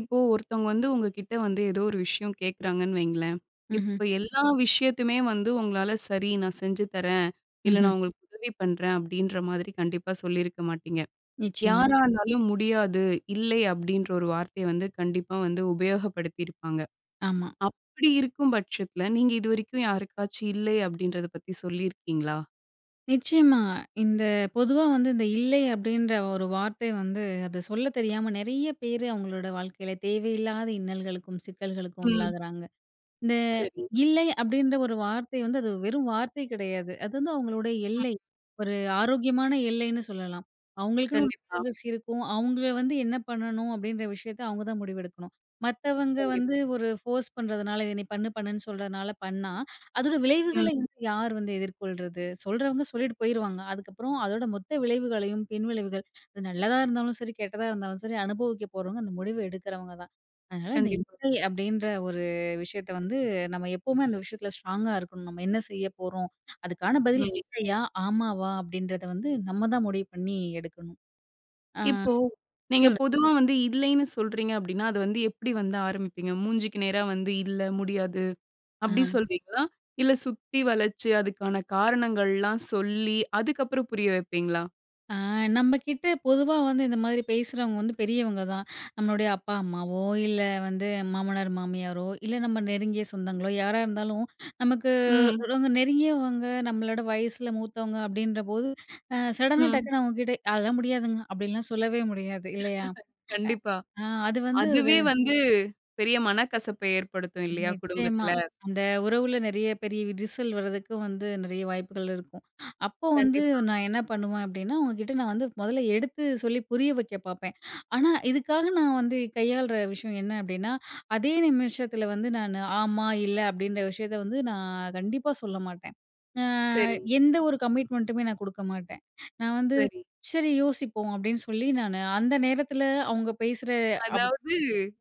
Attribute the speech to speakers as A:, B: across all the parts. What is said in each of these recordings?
A: இப்போ ஒருத்தவங்க வந்து உங்ககிட்ட வந்து ஏதோ ஒரு விஷயம் கேட்குறாங்கன்னு வைங்களேன்.
B: ம்ஹ்ம்.
A: இப்ப எல்லா விஷயத்தையுமே வந்து உங்களால சரி நான் செஞ்சு தரேன். இல்ல
B: ம்ஹ்ம்.
A: நான் உங்களுக்கு உதவி பண்றேன் அப்படின்ற மாதிரி கண்டிப்பா சொல்லியிருக்க மாட்டீங்க.
B: நிச்சயமா.
A: யாரா இருந்தாலும் முடியாது, இல்லை அப்படின்ற ஒரு வார்த்தைய வந்து கண்டிப்பா வந்து உபயோகப்படுத்தியிருப்பாங்க.
B: ஆமா.
A: அப்படி இருக்கும் பட்சத்துல நீங்க இதுவரைக்கும் யாருக்காச்சும் இல்லை அப்படின்றத பத்தி சொல்லியிருக்கீங்களா?
B: நிச்சயமா. இந்த பொதுவா வந்து இந்த "இல்லை" அப்படின்ற ஒரு வார்த்தை வந்து அத சொல்ல தெரியாம நெறைய பேரு அவங்களோட வாழ்க்கையில தேவையில்லாத இன்னல்களுக்கும், சிக்கல்களுக்கும்
A: ம்.
B: உள்ளாகுறாங்க. இந்த
A: சரி.
B: "இல்லை" அப்படின்ற ஒரு வார்த்தை வந்து அது வெறும் வார்த்தை கிடையாது. அது வந்து அவங்களுடைய
A: ம்.
B: எல்லை. ஒரு ஆரோக்கியமான எல்லைன்னு சொல்லலாம். அவங்களுக்குன்னு ஒரு
A: கண்டிப்பா,
B: ஃபோகஸ் இருக்கும். அவங்கள வந்து என்ன பண்ணணும் அப்படின்ற விஷயத்த அவங்க தான் முடிவெடுக்கணும். மத்தவங்க
A: கண்டிப்பா.
B: வந்து ஒரு ஃபோர்ஸ் பண்றதுனால, "இத நீ பண்ணு, பண்ணுன்னு" சொல்றதுனால பண்ணா, அதோட
A: ம்.
B: விளைவுகளை வந்து யார் வந்து எதிர்கொள்றது? சொல்றவங்க சொல்லிட்டு போயிருவாங்க. அதுக்கப்புறம் அதோட மொத்த விளைவுகளையும், பின் விளைவுகள் அது நல்லதா இருந்தாலும் சரி, கெட்டதா இருந்தாலும் சரி, அனுபவிக்க போறவங்க அந்த முடிவு எடுக்கிறவங்க தான். அதனால இந்த
A: கண்டிப்பா.
B: இசை அப்படின்ற ஒரு விஷயத்த வந்து நம்ம எப்பவுமே அந்த விஷயத்துல ஸ்ட்ராங்கா இருக்கணும். நம்ம என்ன செய்ய போறோம்? அதுக்கான பதில்
A: ம்.
B: இல்லையா? ஆமாவா? அப்படின்றத வந்து நம்ம தான் முடிவு பண்ணி எடுக்கணும். ஆ
A: இப்போ, நீங்க
B: சொல்லு.
A: பொதுவா வந்து இல்லைன்னு சொல்றீங்க அப்டின்னா, அது வந்து எப்டி வந்து ஆரம்பிப்பீங்க? மூஞ்சிக்கு நேரா வந்து "இல்ல, முடியாது"
B: ஆ
A: அப்டி சொல்வீங்களா? இல்ல சுத்தி வளச்சு அதுக்கான காரணங்கள்லாம் சொல்லி, அதுக்கப்புறம் புரிய வைப்பீங்களா?
B: ஆ நம்மகிட்ட பொதுவா வந்து இந்த மாதிரி பேசுறவங்க வந்து பெரியவங்க தான். நம்மளுடைய அப்பா, அம்மாவோ, இல்ல வந்து மாமனார், மாமியாரோ, இல்ல நம்ம நெருங்கிய சொந்தங்களோ யாரா இருந்தாலும், நமக்கு
A: ம்,
B: ரொம்ப நெருங்கியவங்க, நம்மளோட வயசுல மூத்தவங்க அப்படின்றபோது, சடனா
A: ம்.
B: டக்குனு அவங்ககிட்ட அதெல்லாம் முடியாதுங்க அப்படிலாம் சொல்லவே முடியாது இல்லையா?
A: கண்டிப்பா.
B: அது வந்து
A: அதுவே வந்து பெரிய மனக்கசப்ப ஏற்படுத்தும் இல்லையா
B: நிச்சயமா.
A: குடும்பத்துல?
B: அந்த உறவுல நெறைய பெரிய விரிசல் வர்றதுக்கு வந்து நெறைய வாய்ப்புகள் இருக்கும். அப்போ வந்து
A: கண்டிப்பா.
B: நான் என்ன பண்ணுவேன் அப்டின்னா, அவங்ககிட்ட நான் வந்து மொதல்ல எடுத்து சொல்லி புரிய வைக்க பாப்பேன். ஆனா இதுக்காக நான் வந்து கையாள்ற விஷயம் என்ன அப்டின்னா, அதே நிமிஷத்துல வந்து நானு ஆமா, இல்ல அப்டின்ற விஷயத்த வந்து நான் கண்டிப்பா சொல்ல மாட்டேன். அ
A: சரி,
B: எந்த ஒரு கமிட்மெண்ட்டுமே நான் குடுக்க மாட்டேன். நான் வந்து
A: சரி.
B: சரி யோசிப்போம் அப்டின்னு சொல்லி நானு அந்த நேரத்துல அவங்க பேசுற
A: அதாவது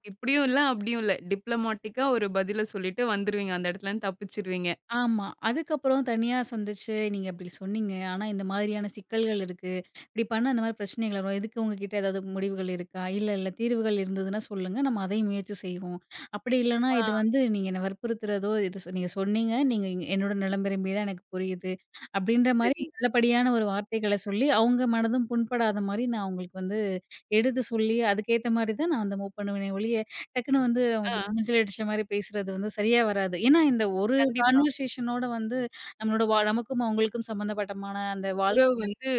A: இப்டியும் இல்ல, அப்டியும் இல்ல. டிப்ளமேட்டிக்கா ஒரு பதில சொல்லிட்டு வந்துருவீங்க. அந்த இடத்துலருந்து தப்பிச்சுருவீங்க.
B: ஆமா. அதுக்கப்புறம் தனியா சந்திச்சு, நீங்க இப்டி சொன்னீங்க. ஆனா, இந்த மாதிரியான சிக்கல்கள் இருக்கு. இப்டி பண்ணா இந்த மாரி பிரச்சனைகள் வரும். இதுக்கு உங்ககிட்ட ஏதாவது முடிவுகள் இருக்கா? இல்ல, இல்ல தீர்வுகள் இருந்ததுன்னா சொல்லுங்க. நம்ம அதையும் முயற்சி செய்வோம். அப்படி இல்லன்னா,
A: ஆ,
B: இது வந்து நீங்க என்ன வற்புறுத்துறதோ, இது சொ நீங்க சொன்னீங்க. என்னோட நிலம் விரும்பி தான் எனக்கு புரியுது. அப்டின்ற மாரி
A: சரி.
B: நல்லபடியான ஒரு வார்த்தைகள சொல்லி, அவங்க மனதும் புண்படாத மாரி நான் அவங்களுக்கு வந்து எடுத்து சொல்லி, அதுக்கேத்த மாரி தான் நான் வந்து மூவ் பண்ணுவேனே ஒழிய, டக்குன்னு வந்து அவங்களுக்கு
A: ஆ,
B: மூஞ்சில அடிச்ச மாரி பேசுறது வந்து சரியா வராது. ஏன்னா, இந்த ஒரு
A: கண்டிப்பா.
B: கான்வர்சேஷனோட வந்து நம்மளோட வா நமக்கும் அவங்களுக்கும் சம்மந்தப்பட்டமான அந்த வாழ்க்கை
A: உறவு வந்து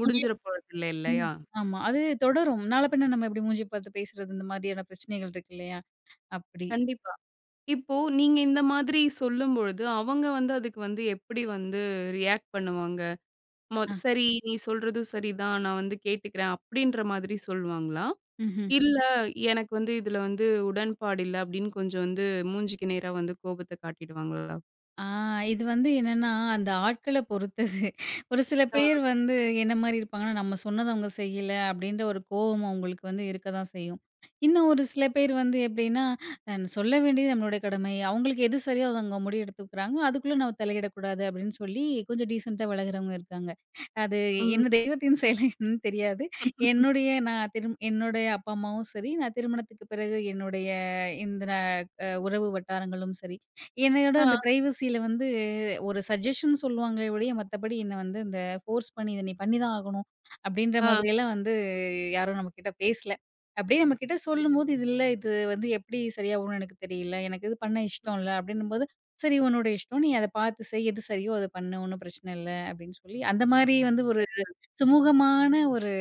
A: முடிஞ்சிற போறதில்ல
B: ம்.
A: இல்லையா?
B: ஆமா. அது தொடரும். நாள பின்ன நம்ம எப்படி மூஞ்சி பார்த்து பேசுறது, இந்த மாதிரியான பிரச்சனைகள் இருக்கு இல்லையா? அப்படி.
A: கண்டிப்பா. இப்போ நீங்க இந்த மாதிரி சொல்லும்பொழுது, அவங்க வந்து அதுக்கு வந்து எப்படி வந்து ரியாக்ட் பண்ணுவாங்க?
B: ஆ.
A: "சரி, நீ சொல்றதும் சரிதான். நான் வந்து கேட்டுக்கிறேன்." அப்படின்ற மாதிரி சொல்லுவாங்களா?
B: ம்ஹ்ம்.
A: இல்ல, "எனக்கு வந்து இதுல வந்து உடன்பாடு இல்ல." அப்படின்னு கொஞ்சம் வந்து மூஞ்சிக்கு நேரா வந்து கோபத்த காட்டிடுவாங்களா?
B: ஆ இது வந்து என்னன்னா, அந்த ஆட்கள பொறுத்தது. ஒரு சில
A: ஆ,
B: பேர் வந்து என்ன மாரி இருப்பாங்கன்னா, நம்ம சொன்னத அவங்க செய்யல அப்படின்ற ஒரு கோவம் அவங்களுக்கு வந்து இருக்க தான் செய்யும். இன்னும் ஒரு சில பேர் வந்து எப்படின்னா, சொல்ல வேண்டியது நம்மளுடைய கடமை. அவங்களுக்கு எது சரியோ அத அவங்க முடிவெடுத்துக்கிறாங்க. அதுக்குள்ள நம்ம தலையிடக்கூடாது அப்படின்னு சொல்லி கொஞ்சம் டீசென்ட்டா விலகுறவங்க இருக்காங்க. அது
A: ம்.
B: என்ன தெய்வத்தின் செயலா என்னன்னு தெரியாது. என்னுடைய அப்பா, அம்மாவும் சரி, நான் திருமணத்துக்கு பிறகு என்னுடைய இந்த அ உறவு வட்டாரங்களும் சரி என்னையோட
A: ஆ,
B: அந்த பிரைவசியில வந்து ஒரு சஜஷன் சொல்லுவாங்களே ஒழிய, மத்தபடி என்ன வந்து இந்த ஃபோர்ஸ் பண்ணி இத நீ பண்ணிதான் ஆகணும், அப்படின்ற
A: ஆ.
B: மாதிரியெல்லாம் வந்து யாரும் நம்மகிட்ட பேசல. அப்படியே நம்மகிட்ட சொல்லும்போது, "இது இல்ல, இது வந்து எப்படி சரியா வரும்னு எனக்கு தெரியல. எனக்கு இது பண்ண இஷ்டம்
A: ம்.
B: இல்ல." அப்படின்னும்போது, "சரி உன்னோட இஷ்டம். நீ அத பார்த்து செய். எது சரியோ அத பண்ணு. ஒண்ணும் பிரச்சனை இல்ல." அப்படின்னு சொல்லி, அந்த மாரி வந்து ஒரு சுமூகமான ஒரு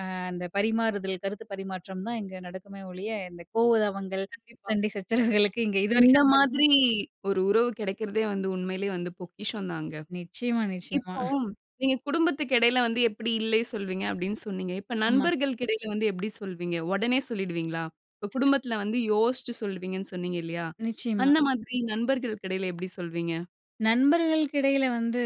B: அ அந்த பரிமாறுதல், கருத்து பரிமாற்றம் தான் இங்க நடக்குமே ஒழிய, இந்த கோவதாவங்கள்,
A: கண்டிப்பா.
B: சண்டை சச்சரவுகளுக்கு இங்க
A: இந்த
B: இதுவரைக்கும்
A: மாதிரி ஒரு உறவு கிடைக்கிறதே வந்து உண்மையிலேயே வந்து பொக்கிஷம் தாங்க.
B: நிச்சயமா, நிச்சயமா.
A: இப்போ நீங்க குடும்பத்துக்கு இடையில வந்து எப்படி இல்லை சொல்வீங்க அப்படின்னு சொன்னீங்க. இப்ப
B: ஆமா,
A: நண்பர்களுக்கு இடையில வந்து எப்படி சொல்வீங்க? உடனே சொல்லிடுவீங்களா? இப்ப குடும்பத்துல வந்து யோசிச்சு சொல்வீங்கன்னு சொன்னீங்க இல்லையா?
B: நிச்சயமா.
A: அந்த மாதிரி நண்பர்களுக்கு இடையில எப்படி சொல்வீங்க?
B: நண்பர்களுக்கு இடையில வந்து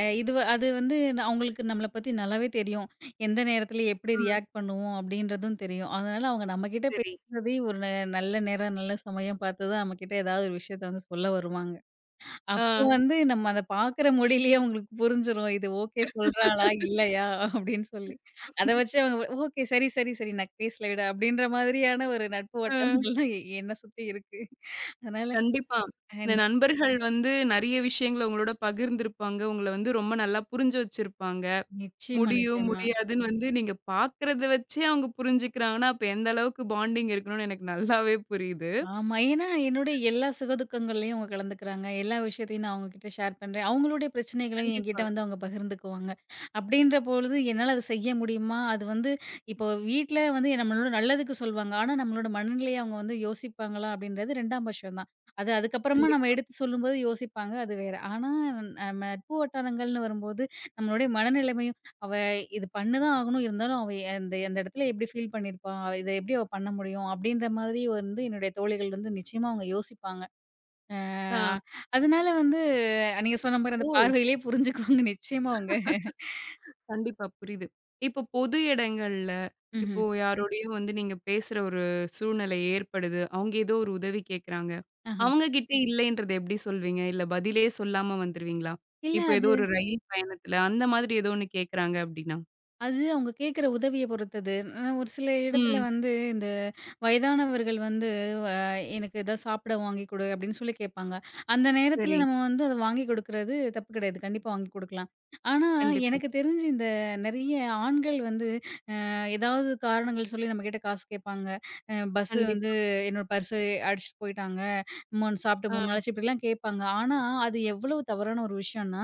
B: அ இது வ- அது வந்து ந- அவங்களுக்கு நம்மள பத்தி நல்லாவே தெரியும். எந்த நேரத்துல எப்படி
A: ம்.
B: ரியாக்ட் பண்ணுவோம் அப்படின்றதும் தெரியும். அதனால அவங்க நம்மகிட்ட
A: சரி.
B: பேசுறதே ஒரு ந நல்ல நேரம், நல்ல சமயம் பார்த்து தான் நம்மகிட்ட ஏதாவது ஒரு விஷயத்த வந்து சொல்ல வருவாங்க.
A: ஆ.
B: அப்போ வந்து நம்ம அத பார்க்குற மொழியிலேயே அவங்களுக்கு புரிஞ்சிரும். இது ஓகே சொல்றாளா? இல்லையா? அப்படின்னு சொல்லி. அத வச்சு அவங்க ஓகே சரி, சரி, சரி நான் பேசல விடு அப்படின்ற மாதிரியான ஒரு நட்பு
A: அ.
B: வட்டாரங்கள்லாம் என்ன சுத்தி இருக்கு. அதனால
A: கண்டிப்பா.
B: அ
A: இந்த
B: நி
A: நண்பர்கள் வந்து நெறைய விஷயங்கள உங்களோட பகிர்ந்திருப்பாங்க. உங்கள வந்து ரொம்ப நல்லா புரிஞ்சு வச்சிருப்பாங்க.
B: நிச்சயமா,
A: முடியும்,
B: நிச்சயமா.
A: முடியாதுன்னு வந்து நீங்க பார்க்கறத வச்சே அவங்க புரிஞ்சுக்கிறாங்கன்னா, அப்ப எந்த அளவுக்கு பாண்டிங் இருக்கணும்னு எனக்கு நல்லாவே புரியுது.
B: ஆமா. ஏன்னா, என்னுடைய எல்லா சுகதுக்கங்கள்லயும் அவங்க கலந்துக்கிறாங்க. எல்லா விஷயத்தையும் நான் அவங்ககிட்ட ஷேர் பண்றேன். அவங்களுடைய பிரச்சனைகளையும் என்கிட்ட
A: கண்டிப்பா.
B: வந்து அவங்க பகிர்ந்துக்குவாங்க. அப்படின்ற பொழுது என்னால அத செய்ய முடியுமா? அது வந்து இப்போ வீட்ல வந்து நம்மளோட நல்லதுக்கு சொல்வாங்க. ஆனா, நம்மளோட மனநிலைய அவங்க வந்து யோசிப்பாங்களா? அப்படின்றது 2ஆம் பட்சம் தான். அது அதுக்கப்புறமா நம்ம
A: கண்டிப்பா.
B: எடுத்து சொல்லும்போது யோசிப்பாங்க. அது வேற. ஆனா, நம்ம நட்பு வட்டாரங்கள்னு வரும்போது, நம்மளுடைய மனநிலைமை அவ இது பண்ணுதான் ஆகணும். இருந்தாலும் அந்த அந்த இடத்துல எப்படி ஃபீல் பண்ணியிருப்பா? இத எப்படி அவ பண்ண முடியும்? அப்படின்ற மாதிரி வந்து என்னுடைய தோழிகள் வந்து நிச்சயமா அவங்க யோசிப்பாங்க. அ
A: ஆ.
B: அதனால வந்து நீங்க சொன்ன மாரி அந்த
A: இப்போ
B: பார்வையிலேயே புரிஞ்சுக்குவாங்க நிச்சயமா அவங்க.
A: கண்டிப்பா புரியுது. இப்போ பொது இடங்கள்ல,
B: ம்ஹ்ம்.
A: இப்போ யாரோடையும் வந்து நீங்க பேசுற ஒரு சூழ்நிலை ஏற்படுது. அவங்க ஏதோ ஒரு உதவி கேட்கறாங்க.
B: ஆஹ.
A: அவங்க கிட்ட இல்லைன்றத எப்படி சொல்வீங்க? இல்ல பதிலே சொல்லாம வந்துருவீங்களா?
B: இல்ல
A: இப்போ ஏதோ
B: அது
A: ஒரு ரயில் பயணத்துல அந்த மாதிரி ஏதோ ஒண்ணு கேட்கறாங்க அப்படின்னா?
B: அது அவங்க கேட்கிற உதவிய பொறுத்தது. ஒரு சில இடத்துல
A: ம்.
B: வந்து இந்த வயதானவர்கள் வந்து அ எனக்கு ஏதாவது சாப்பிட வாங்கி கொடு அப்படின்னு சொல்லி கேட்பாங்க. அந்த
A: சரி.
B: நேரத்தில நம்ம வந்து அத வாங்கி கொடுக்குறது தப்பு கிடையாது. கண்டிப்பா வாங்கி குடுக்கலாம். ஆனா,
A: கண்டிப்பா.
B: எனக்கு தெரிஞ்சு இந்த நெறைய ஆண்கள் வந்து ஏதாவது காரணங்கள் சொல்லி நம்மகிட்ட காசு கேட்பாங்க. பஸ் வந்து
A: கண்டிப்பா.
B: என்னோட பர்ஸ் அடிச்சுட்டு போயிட்டாங்க. மூணு சாப்பிட்டு 3
A: ஆ.
B: நாளாச்சு இப்படிலாம் கேட்பாங்க. ஆனா, அது எவ்வளவு தவறான ஒரு விஷயம்னா,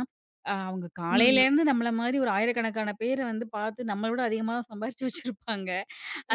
B: அவங்க
A: ம்.
B: காலையிலேருந்து நம்மள மாரி ஒரு 1000கணக்கான பேர வந்து பார்த்து நம்மள விட அதிகமா சம்பாரிச்சு வச்சிருப்பாங்க.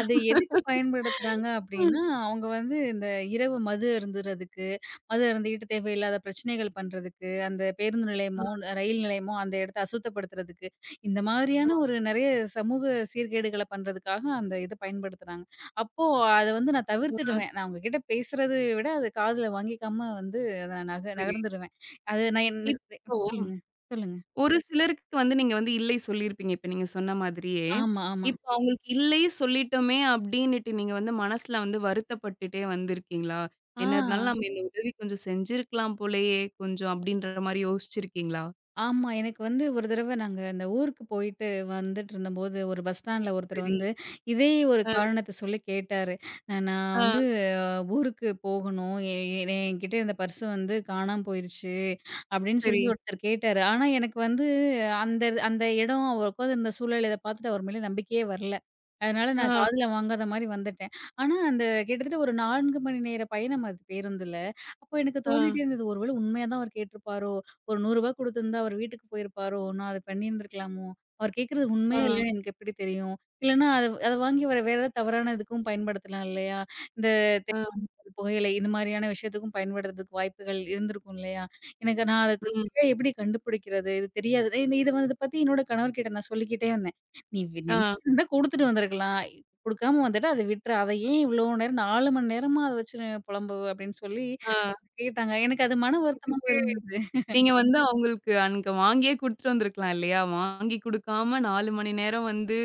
B: அது எதுக்கு பயன்படுத்துறாங்க அப்டின்னா, அவங்க வந்து இந்த இரவு மது அருந்துறதுக்கு, மது அருந்திட்டு தேவையில்லாத பிரச்சனைகள் பண்றதுக்கு, அந்த பேருந்து நிலையமோ,
A: ஆ,
B: ரயில் நிலையமோ அந்த இடத்த அசுத்தப்படுத்துறதுக்கு, இந்த
A: ஆ,
B: மாதிரியான ஒரு நெறைய சமூக சீர்கேடுகள பண்றதுக்காக அந்த இத பயன்படுத்துறாங்க. அப்போ அத வந்து நான்
A: ஆ.
B: தவிர்த்துடுவேன். நான் அவங்க கிட்ட பேசுறத விட அது காதுல வாங்கிக்காம வந்து அத நக
A: சரி.
B: நகர்ந்துடுவேன். அது நான் என்
A: இப்போ
B: சொல்லுங்க, சொல்லுங்க.
A: ஒரு சிலருக்கு வந்து நீங்க வந்து இல்லை சொல்லியிருப்பீங்க. இப்ப நீங்க சொன்ன மாதிரியே.
B: ஆமா, ஆமா.
A: இப்ப அவங்களுக்கு இல்லை சொல்லிட்டோமே அப்டின்னுட்டு நீங்க வந்து மனசுல வந்து வருத்தப்பட்டுட்டே வந்திருக்கீங்களா?
B: ஆ.
A: என்ன இருந்தாலும் நம்ம இந்த உதவி கொஞ்சம் செஞ்சிருக்கலாம் போலயே கொஞ்சம் அப்டின்ற மாரி யோசிச்சிருக்கீங்களா?
B: ஆமா. எனக்கு வந்து ஒரு தடவ நாங்க அந்த ஊருக்கு போயிட்டு வந்துட்டுருந்தம்போது, ஒரு பஸ் ஸ்டாண்ட்ல ஒருத்தர்
A: சரி.
B: வந்து இதே ஒரு
A: அ,
B: காரணத்த சொல்லி கேட்டாரு. "நான் வந்து
A: ஆ,
B: ஊருக்கு போகணும். எ எ என்கிட்ட இருந்த பர்ஸு வந்து காணாம போயிருச்சு." அப்படின்னு சொல்லி
A: சரி.
B: ம். ஒருத்தர் கேட்டாரு. ஆனா எனக்கு வந்து அந்த அந்த இடம் அவர் உட்காந்துருந்த சூழல் இத பார்த்துட்டு அவர் மேல நம்பிக்கையே வரல. அதனால நான்
A: ஆ,
B: காதுல வாங்காத மாரி வந்துட்டேன். ஆனா அந்த கிட்டத்தட்ட ஒரு 4 மணி நேர பயணம் அது பேருந்துல. அப்போ எனக்கு
A: ஆ,
B: தோணிட்டே இருந்தது, "ஒருவேள உண்மையா தான் அவர் கேட்டிருப்பாரோ?" ஒரு ரூ. 100 குடுத்திருந்தா அவர் வீட்டுக்கு போயிருப்பாரோ! நான் அத பண்ணியிருந்திருக்கலாமோ! அவர் கேட்கிறது
A: ஆ,
B: உண்மையா இல்லையான்னு எனக்கு எப்படி தெரியும்? இல்லன்னா அத அத வாங்கி வேற வேற ஏதாவது தவறான இதுக்கும் பயன்படுத்தலாம் இல்லையா? இந்த
A: ஆ,
B: தேவையில்லாத புகையிலை இந்த மாரியான விஷயத்துக்கும் பயன்படுத்துறதுக்கு வாய்ப்புகள் இருந்திருக்கும் இல்லையா? எனக்கு நான் அத த்
A: ம்,
B: சரியா எப்படி கண்டுபிடிக்கிறது? இது தெரியாது. இத வந்து இத பத்தி என்னோட கணவர்கிட்ட நான் சொல்லிக்கிட்டே இருந்தேன்.
A: ஆ,
B: நினைச்சிருந்தா குடுத்துட்டு வந்திருக்கலாம். குடுக்காம வந்துட்ட அத விட்டுரு. அத ஏன் இவ்வளோ நேரம் 4 மணி நேரமா அத வச்சு புலம்புவ?" அப்படின்னு சொல்லி கேட்டாங்க. எனக்கு அது மன வருத்தமாவும்
A: ஆ.
B: இருந்தது.
A: நீங்க வந்து அவங்களுக்கு அன்னைக்கு வாங்கியே குடுத்துட்டு வந்திருக்கலாம் இல்லையா? வாங்கி குடுக்காம 4 மணி நேரம் வந்து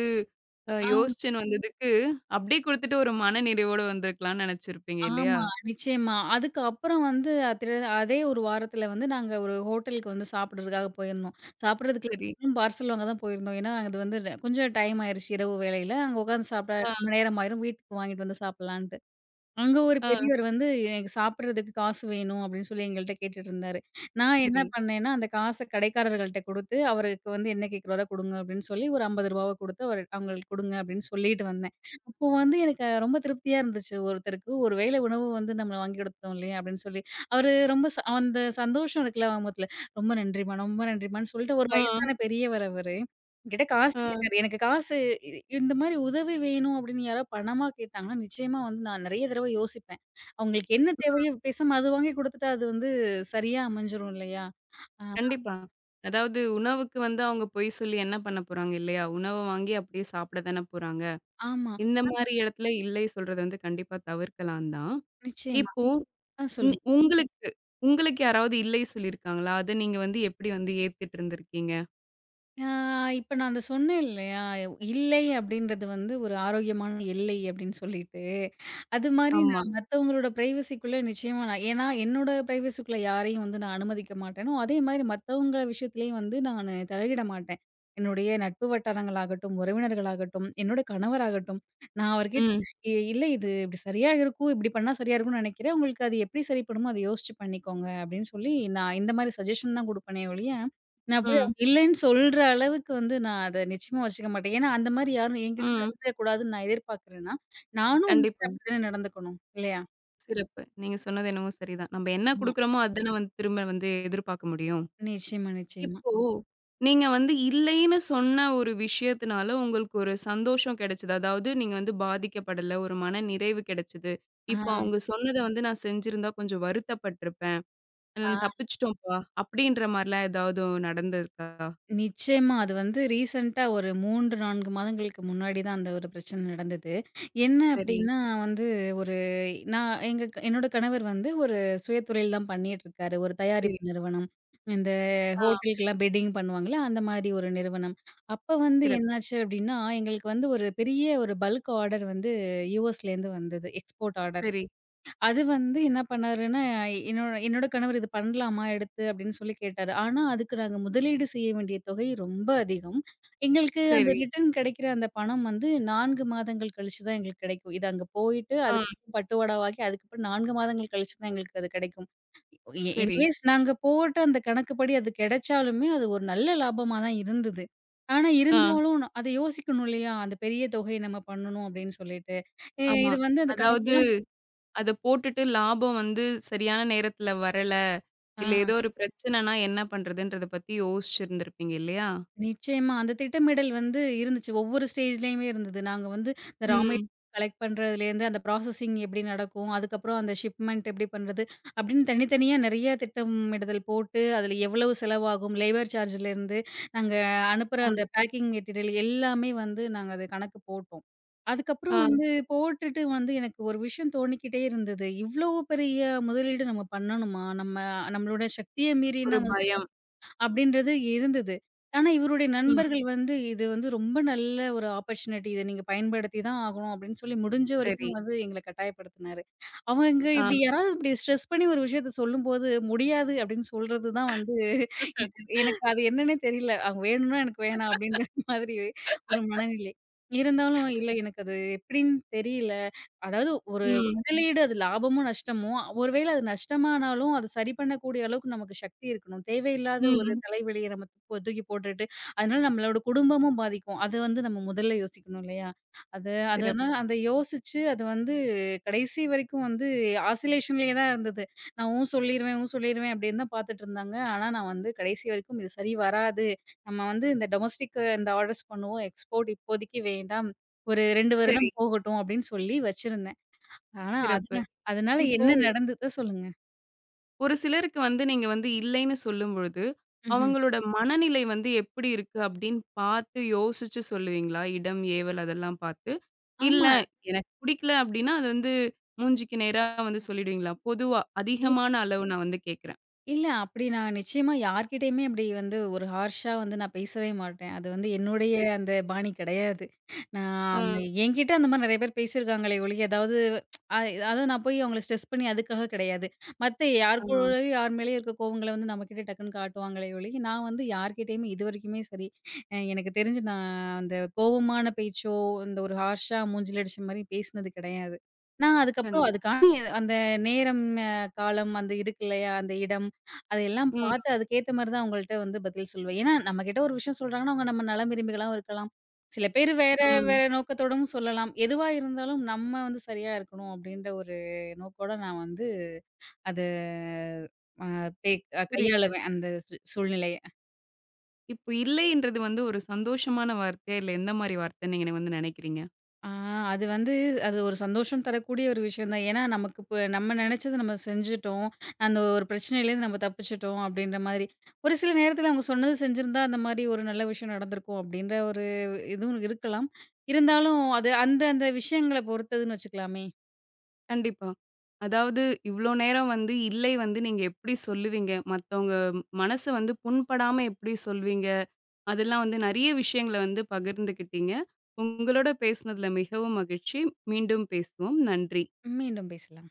A: அ
B: ஆமா.
A: யோசிச்சுன்னு வந்ததுக்கு, அப்படியே குடுத்துட்டு ஒரு மன நிறைவோட வந்திருக்கலாம்னு நெனச்சிருப்பீங்க இல்லையா?
B: ஆமா, நிச்சயமா. அதுக்கு அப்புறம் வந்து அதே ஒரு வாரத்துல வந்து நாங்க ஒரு ஹோட்டலுக்கு வந்து சாப்பிடுறதுக்காக போயிருந்தோம். சாப்பிடுறதுக்கு
A: சரி.
B: பார்சல் வாங்க தான் போயிருந்தோம். ஏன்னா, அது வந்து கொஞ்சம் டைம் ஆயிருச்சு இரவு வேளையில. அங்க உட்காந்து சாப்பிட்டா
A: ஆ,
B: ரொம்ப நேரம் ஆயிரும். வீட்டுக்கு வாங்கிட்டு வந்து சாப்பிடலான்ட்டு. அங்க ஒரு
A: ஆ,
B: பெரியவர் வந்து எனக்கு சாப்பிடுறதுக்கு காசு வேணும் அப்படின்னு சொல்லி எங்கள்ட்ட கேட்டுட்டு இருந்தாரு. நான் என்ன
A: சரி.
B: பண்ணேன்னா, அந்த காச கடைக்காரர்கள்ட்ட குடுத்து, அவருக்கு வந்து என்ன கேட்கிறாரோ குடுங்க அப்படின்னு சொல்லி ஒரு ரூ. 50 குடுத்து அவரு அவங்களுக்கு குடுங்க அப்படின்னு சொல்லிட்டு வந்தேன். அப்போ வந்து எனக்கு ரொம்ப திருப்தியா இருந்துச்சு. ஒருத்தருக்கு ஒரு வேளை உணவு வந்து நம்ம வாங்கி கொடுத்தோம் இல்லையா அப்படின்னு சொல்லி. அவரு ரொம்ப ச அந்த சந்தோஷம் இருக்குல்ல அவங்க முகத்துல, ரொம்ப நன்றிம்மா, ரொம்ப நன்றிம்மான்னு சொல்லிட்டு ஒரு
A: ஆ,
B: வயசான பெரியவர் அவரு. என்கிட்ட காசு
A: ஆ,
B: கேட்டாரு. எனக்கு காசு இ இந்த மாரி உதவி வேணும் அப்டின்னு யாராவது பணமா கேட்டாங்கன்னா, நிச்சயமா வந்து நான் நெறைய தடவ யோசிப்பேன். அவங்களுக்கு என்ன தேவையோ
A: ம்.
B: பேசாம அது வாங்கி குடுத்துட்டா அது வந்து சரியா அமைஞ்சிரும் இல்லையா? ஆ
A: கண்டிப்பா. அதாவது உணவுக்கு வந்து அவங்க பொய் சொல்லி என்ன பண்ண போறாங்க இல்லையா? உணவ வாங்கி அப்படியே சாப்பிட தானே போறாங்க.
B: ஆமா.
A: இந்த மாரி இடத்துல இல்லை சொல்றது வந்து கண்டிப்பா தவிர்க்கலாம் தான்.
B: நிச்சயமா.
A: இப்போ
B: சொல்லுங்க.
A: உங்களுக்கு உங்களுக்கு யாராவது இல்லை சொல்லியிருக்காங்களா? அத நீங்க வந்து எப்படி வந்து ஏத்துட்டு இருந்திருக்கீங்க?
B: ஆ இப்ப நான் அத சொன்னேன் இல்லையா? "இல்லை" அப்படின்றது வந்து ஒரு ஆரோக்கியமான எல்லை அப்படின்னு சொல்லிட்டு, அது மாரி
A: ஆமா.
B: நான் மத்தவங்களோட பிரைவசிக்குள்ள நிச்சயமா நான் ஏன்னா என்னோட பிரைவசிக்குள்ள யாரையும் வந்து நான் அனுமதிக்க மாட்டேனோ, அதே மாதிரி மத்தவங்க விஷயத்துலயும் வந்து நானு தலையிட மாட்டேன். என்னுடைய நட்பு வட்டாரங்களாகட்டும், உறவினர்களாகட்டும், என்னோட கணவராகட்டும், நான் அவர்கிட்ட
A: ம்,
B: இல்ல இது இப்படி சரியா இருக்கும். இப்படி பண்ணா சரியா இருக்கும்னு நெனைக்கிறேன். உங்களுக்கு அது எப்படி சரிப்படுமோ, அத யோசிச்சு பண்ணிக்கோங்க" அப்படின்னு சொல்லி நான் இந்த மாரி சஜஷன் தான் குடுப்பேனே ஒழிய நான் போய்
A: ம்,
B: அவங்க இல்லன்னு சொல்ற அளவுக்கு வந்து நான் அத நிச்சயமா வச்சுக்க மாட்டேன். ஏன்னா, அந்த மாரி யாரும் என்கிட்ட
A: ம்.
B: நடந்துக்கக்கூடாதுன்னு நான் எதிர்பார்க்கிறேன்னா, நானும் உங்ககிட்ட
A: கண்டிப்பா.
B: அப்படி தானே நடந்துக்கணும். இல்லையா?
A: சிறப்பு. நீங்க சொன்னது என்னவோ சரிதான். நம்ம என்ன
B: ஆமா.
A: குடுக்குறோமோ, அதானே வந்து திரும்ப வந்து எதிர்பார்க்க முடியும்.
B: நிச்சயமா, நிச்சயமா.
A: இப்போ நீங்க வந்து இல்லைன்னு சொன்ன ஒரு விஷயத்தினால உங்களுக்கு ஒரு சந்தோஷம் கிடைச்சது. அதாவது நீங்க வந்து பாதிக்கப்படல. ஒரு மன நிறைவு கிடைச்சது.
B: ஆ.
A: இப்போ அவங்க சொன்னத வந்து நான் செஞ்சிருந்தா கொஞ்சம் வருத்தப்பட்டுருப்பேன். ம்
B: ஆ.
A: தப்பிச்சுட்டோம்ப்பா அப்படின்ற மாரிலாம் ஏதாவது நடந்திருக்கா?
B: நிச்சயமா. அது வந்து ரீசென்ட்டா ஒரு 3, 4 மாதங்களுக்கு முன்னாடி தான் அந்த ஒரு பிரச்சனை நடந்தது. என்ன
A: சரி,
B: அப்டின்னா வந்து ஒரு என்னோட கணவர் வந்து ஒரு சுயதொழில் தான் பண்ணிட்டுருக்காரு. ஒரு
A: சரி.
B: தயாரிப்பு நிறுவனம். இந்த
A: ஆ
B: ஹோட்டலுக்கெல்லாம் பெட்டிங் பண்ணுவாங்கல்ல, அந்த மாரி ஒரு நிறுவனம். அப்ப வந்து
A: சிறப்பு.
B: என்னாச்சு அப்டின்னா, எங்களுக்கு வந்து ஒரு பெரிய ஒரு பல்க் ஆர்டர் வந்து யுஎஸ்லேருந்து வந்தது. Export order.
A: சரி,
B: அது வந்து என்ன பண்ணாருன்னா, என்னோட என்னோட கணவர் இது பண்ணலாமா எடுத்து அப்படின்னு சொல்லி கேட்டாரு. ஆனா, அதுக்கு நாங்க முதலீடு செய்ய வேண்டிய தொகை ரொம்ப அதிகம். எங்களுக்கு அந்த
A: சரி.
B: ரிட்டர்ன் கிடைக்கிற அந்த பணம் வந்து 4 மாதங்கள் கழிச்சு தான் எங்களுக்கு கிடைக்கும். இது அங்க போயிட்டு
A: ஆ
B: அதுக்கப்புறம் பட்டுவாடாவாகி அதுக்கப்புறம் 4 மாதங்கள் கழிச்சு தான் எங்களுக்கு அது கிடைக்கும்.
A: சரி.
B: எனிவேஸ் நாங்க போட்ட அந்த கணக்குப்படி அது கிடைச்சாலுமே அது ஒரு நல்ல லாபமா தான் இருந்தது. ஆனா
A: ஆ
B: இருந்தாலும் அத யோசிக்கணும் இல்லையா? அந்த பெரிய தொகையை நம்ம பண்ணணும் அப்படின்னு சொல்லிட்டு.
A: ஆமா.
B: இது வந்து அந்த
A: அதாவது
B: கணக்கெல்லாம்
A: அத போட்டுட்டு லாபம் வந்து சரியான நேரத்துல வரல,
B: ஆ.
A: இல்ல ஏதோ ஒரு பிரச்சனைனா என்ன பண்றதுன்றத பத்தி யோசிச்சிருந்திருப்பீங்க இல்லையா?
B: நிச்சயமா. அந்த திட்டமிடல் வந்து இருந்துச்சு. ஒவ்வொரு ஸ்டேஜ்லயுமே இருந்தது. நாங்க வந்து இந்த ரா மெட்டீரியல்
A: ம்.
B: கலெக்ட் பண்றதுலேருந்து, அந்த ப்ராசஸிங் எப்படி நடக்கும், அதுக்கப்புறம் அந்த ஷிப்மென்ட் எப்படி பண்றது, அப்படின்னு தனித்தனியா நெறைய திட்டமிடுதல் போட்டு, அதில எவ்வளவு செலவாகும், லேபர் சார்ஜ்லேருந்து நாங்க அனுப்புற அந்த பேக்கிங் மெட்டீரியல் எல்லாமே வந்து நாங்க அது கணக்கு போட்டோம்.
A: ஆ
B: அதுக்கப்புறம் வந்து போட்டுட்டு வந்து எனக்கு ஒரு விஷயம் தோணிக்கிட்டே இருந்தது. இவ்வளவு பெரிய முதலீடு நம்ம பண்ணணுமா? நம்ம நம்மளோட சக்திய மீறின
A: ஒரு பயம்.
B: அப்படின்றது இருந்தது. ஆனா, இவருடைய ம்.
A: ம்.
B: நண்பர்கள் வந்து, "இது வந்து ரொம்ப நல்ல ஒரு ஆப்பர்ச்சுனிட்டி. இத நீங்க பயன்படுத்தி தான் ஆகணும்." அப்படின்னு சொல்லி முடிஞ்ச
A: சரி.
B: வரைக்கும் வந்து எங்கள கட்டாயப்படுத்தினாரு. அவங்க
A: ஆ.
B: இப்படி யாராவது இப்படி ஸ்ட்ரெஸ் பண்ணி ஒரு விஷயத்த சொல்லும்போது, "முடியாது" அப்படின்னு சொல்றது தான் வந்து எனக்கு எனக்கு அது என்னன்னே தெரியல. அவங்க வேணும்னா எனக்கு வேணாம் அப்படின்ற மாதிரி ஒரு மனநிலை. இருந்தாலும், "இல்ல எனக்கு அது எப்படின்னு தெரியல. அதாவது ஒரு
A: ம்.
B: முதலீடு அது லாபமோ, நஷ்டமோ, ஒருவேள அது நஷ்டமானாலும், அது சரி பண்ணக்கூடிய அளவுக்கு நமக்கு சக்தி இருக்கணும். தேவையில்லாத ஒரு
A: ம்.
B: தலைவலிய நம்ம தூக்கி போட்டுட்டு, அதனால நம்மளோட குடும்பமும் பாதிக்கும். அது வந்து நம்ம முதல்ல யோசிக்கணும் இல்லையா? அது அதனால
A: சிறப்பு.
B: அத யோசிச்சு அது வந்து கடைசி வரைக்கும் வந்து ஆசிலேஷன்லயே தான் இருந்தது. நான் "ஊ சொல்லிருவேன், ஊ சொல்லிருவேன்" அப்படின்னு தான் பாத்துட்டுருந்தாங்க. ஆனா நான் வந்து கடைசி வரைக்கும் இது சரி வராது. நம்ம வந்து இந்த டொமஸ்டிக் இந்த ஆர்டர்ஸ் பண்ணுவோம். எக்ஸ்போர்ட் இப்போதைக்கு வேண்டாம். ஒரு 2
A: சரி,
B: வருடம் போகட்டும் அப்படின்னு சொல்லி வச்சிருந்தேன். ஆனா,
A: சிறப்பு.
B: அதனால
A: இப்போ
B: என்ன நடந்ததோ சொல்லுங்க?
A: ஒரு சிலருக்கு வந்து நீங்க வந்து இல்லைன்னு சொல்லும்பொழுது,
B: ம்ஹ்ம்.
A: அவங்களோட மனநிலை வந்து எப்படி இருக்கு அப்படின்னு பார்த்து யோசிச்சு சொல்லுவீங்களா? இடம், ஏவல் அதெல்லாம் பார்த்து. இல்ல
B: ஆமா.
A: எனக்கு பிடிக்கல அப்படின்னா, அது வந்து மூஞ்சிக்கு நேரா வந்து சொல்லிடுவீங்களா? பொதுவா அதிகமான அளவு நான் வந்து கேட்கிறேன்.
B: இல்ல. அப்படி நான் நிச்சயமா யார்கிட்டயுமே அப்படி வந்து ஒரு ஹார்ஷா வந்து நான் பேசவே மாட்டேன். அது வந்து என்னுடைய
A: சரி.
B: அந்த பாணி கிடையாது. நான்
A: அ,
B: என்கிட்ட அந்த மாரி நெறைய பேர் பேசியிருக்காங்களே ஒழிய, அதாவது அதாவது நான் போய் அவங்கள ஸ்ட்ரெஸ் பண்ணி அதுக்காக கிடையாது. மத்த யார் ம்.
A: ஆ,
B: கூடயும் யார் மேலயும் இருக்க கோவங்கள வந்து நம்மகிட்ட டக்குன்னு காட்டுவாங்களே ஒழிய, நான் வந்து யார்கிட்டயுமே இதுவரைக்குமே சரி, எனக்கு தெரிஞ்சு நான் அந்த கோவமான பேச்சோ, இந்த ஒரு ஹார்ஷா மூஞ்சில அடிச்ச மாரி பேசினது கிடையாது. நான் அதுக்கப்புறம்
A: கண்டி
B: அதுக்கான அந்த நேரம், காலம் அந்த இருக்கு இல்லையா? அந்த இடம் அதையெல்லாம்
A: ம்,
B: பார்த்து அதுக்கேத்த மாரி தான் அவங்கள்ட்ட வந்து பதில் சொல்லுவேன். ஏன்னா, நம்மகிட்ட ஒரு விஷயம் சொல்றாங்கன்னா, அவங்க நம்ம நலம் விரும்பிகளாவும் இருக்கலாம். சில பேர் வேற
A: ம்.
B: வேற நோக்கத்தோடும் சொல்லலாம். எதுவா இருந்தாலும் நம்ம வந்து சரியா இருக்கணும் அப்படின்ற ஒரு நோக்கோட நான் வந்து அத அ பே
A: புரியுது.
B: கையாளுவேன் அந்த சூழ்நிலைய.
A: இப்போ இல்லைன்றது வந்து ஒரு சந்தோஷமான வார்த்தையா? இல்ல எந்த மாரி வார்த்தைன்னு நீங்க வந்து நினைக்கிறீங்க?
B: ஆ அது வந்து அது ஒரு சந்தோஷம் தரக்கூடிய ஒரு விஷயம் தான். ஏன்னா, நமக்கு இப்ப நம்ம நெனச்சத நம்ம செஞ்சுட்டோம். அந்த ஒரு பிரச்சனையிலேருந்து நம்ம தப்பிச்சுட்டோம் அப்டின்ற மாதிரி. ஒரு சில நேரத்தில அவங்க சொன்னது செஞ்சிருந்தா, அந்த மாரி ஒரு நல்ல விஷயம் நடந்திருக்கும் அப்டின்ற ஒரு இதுவும் இருக்கலாம். இருந்தாலும் அது அந்த அந்த விஷயங்கள பொறுத்ததுன்னு வச்சுக்கலாமே!
A: கண்டிப்பா. அதாவது இவ்ளோ நேரம் வந்து இல்லை வந்து நீங்க எப்படி சொல்லுவீங்க? மத்தவங்க மனச வந்து புண்படாம எப்படி சொல்வீங்க? அதெல்லாம் வந்து நெறைய விஷயங்கள வந்து பகிர்ந்துக்கிட்டீங்க. உங்களோட பேசினதுல மிகவும் மகிழ்ச்சி. மீண்டும் பேசுவோம். நன்றி.
B: மீண்டும் பேசலாம்.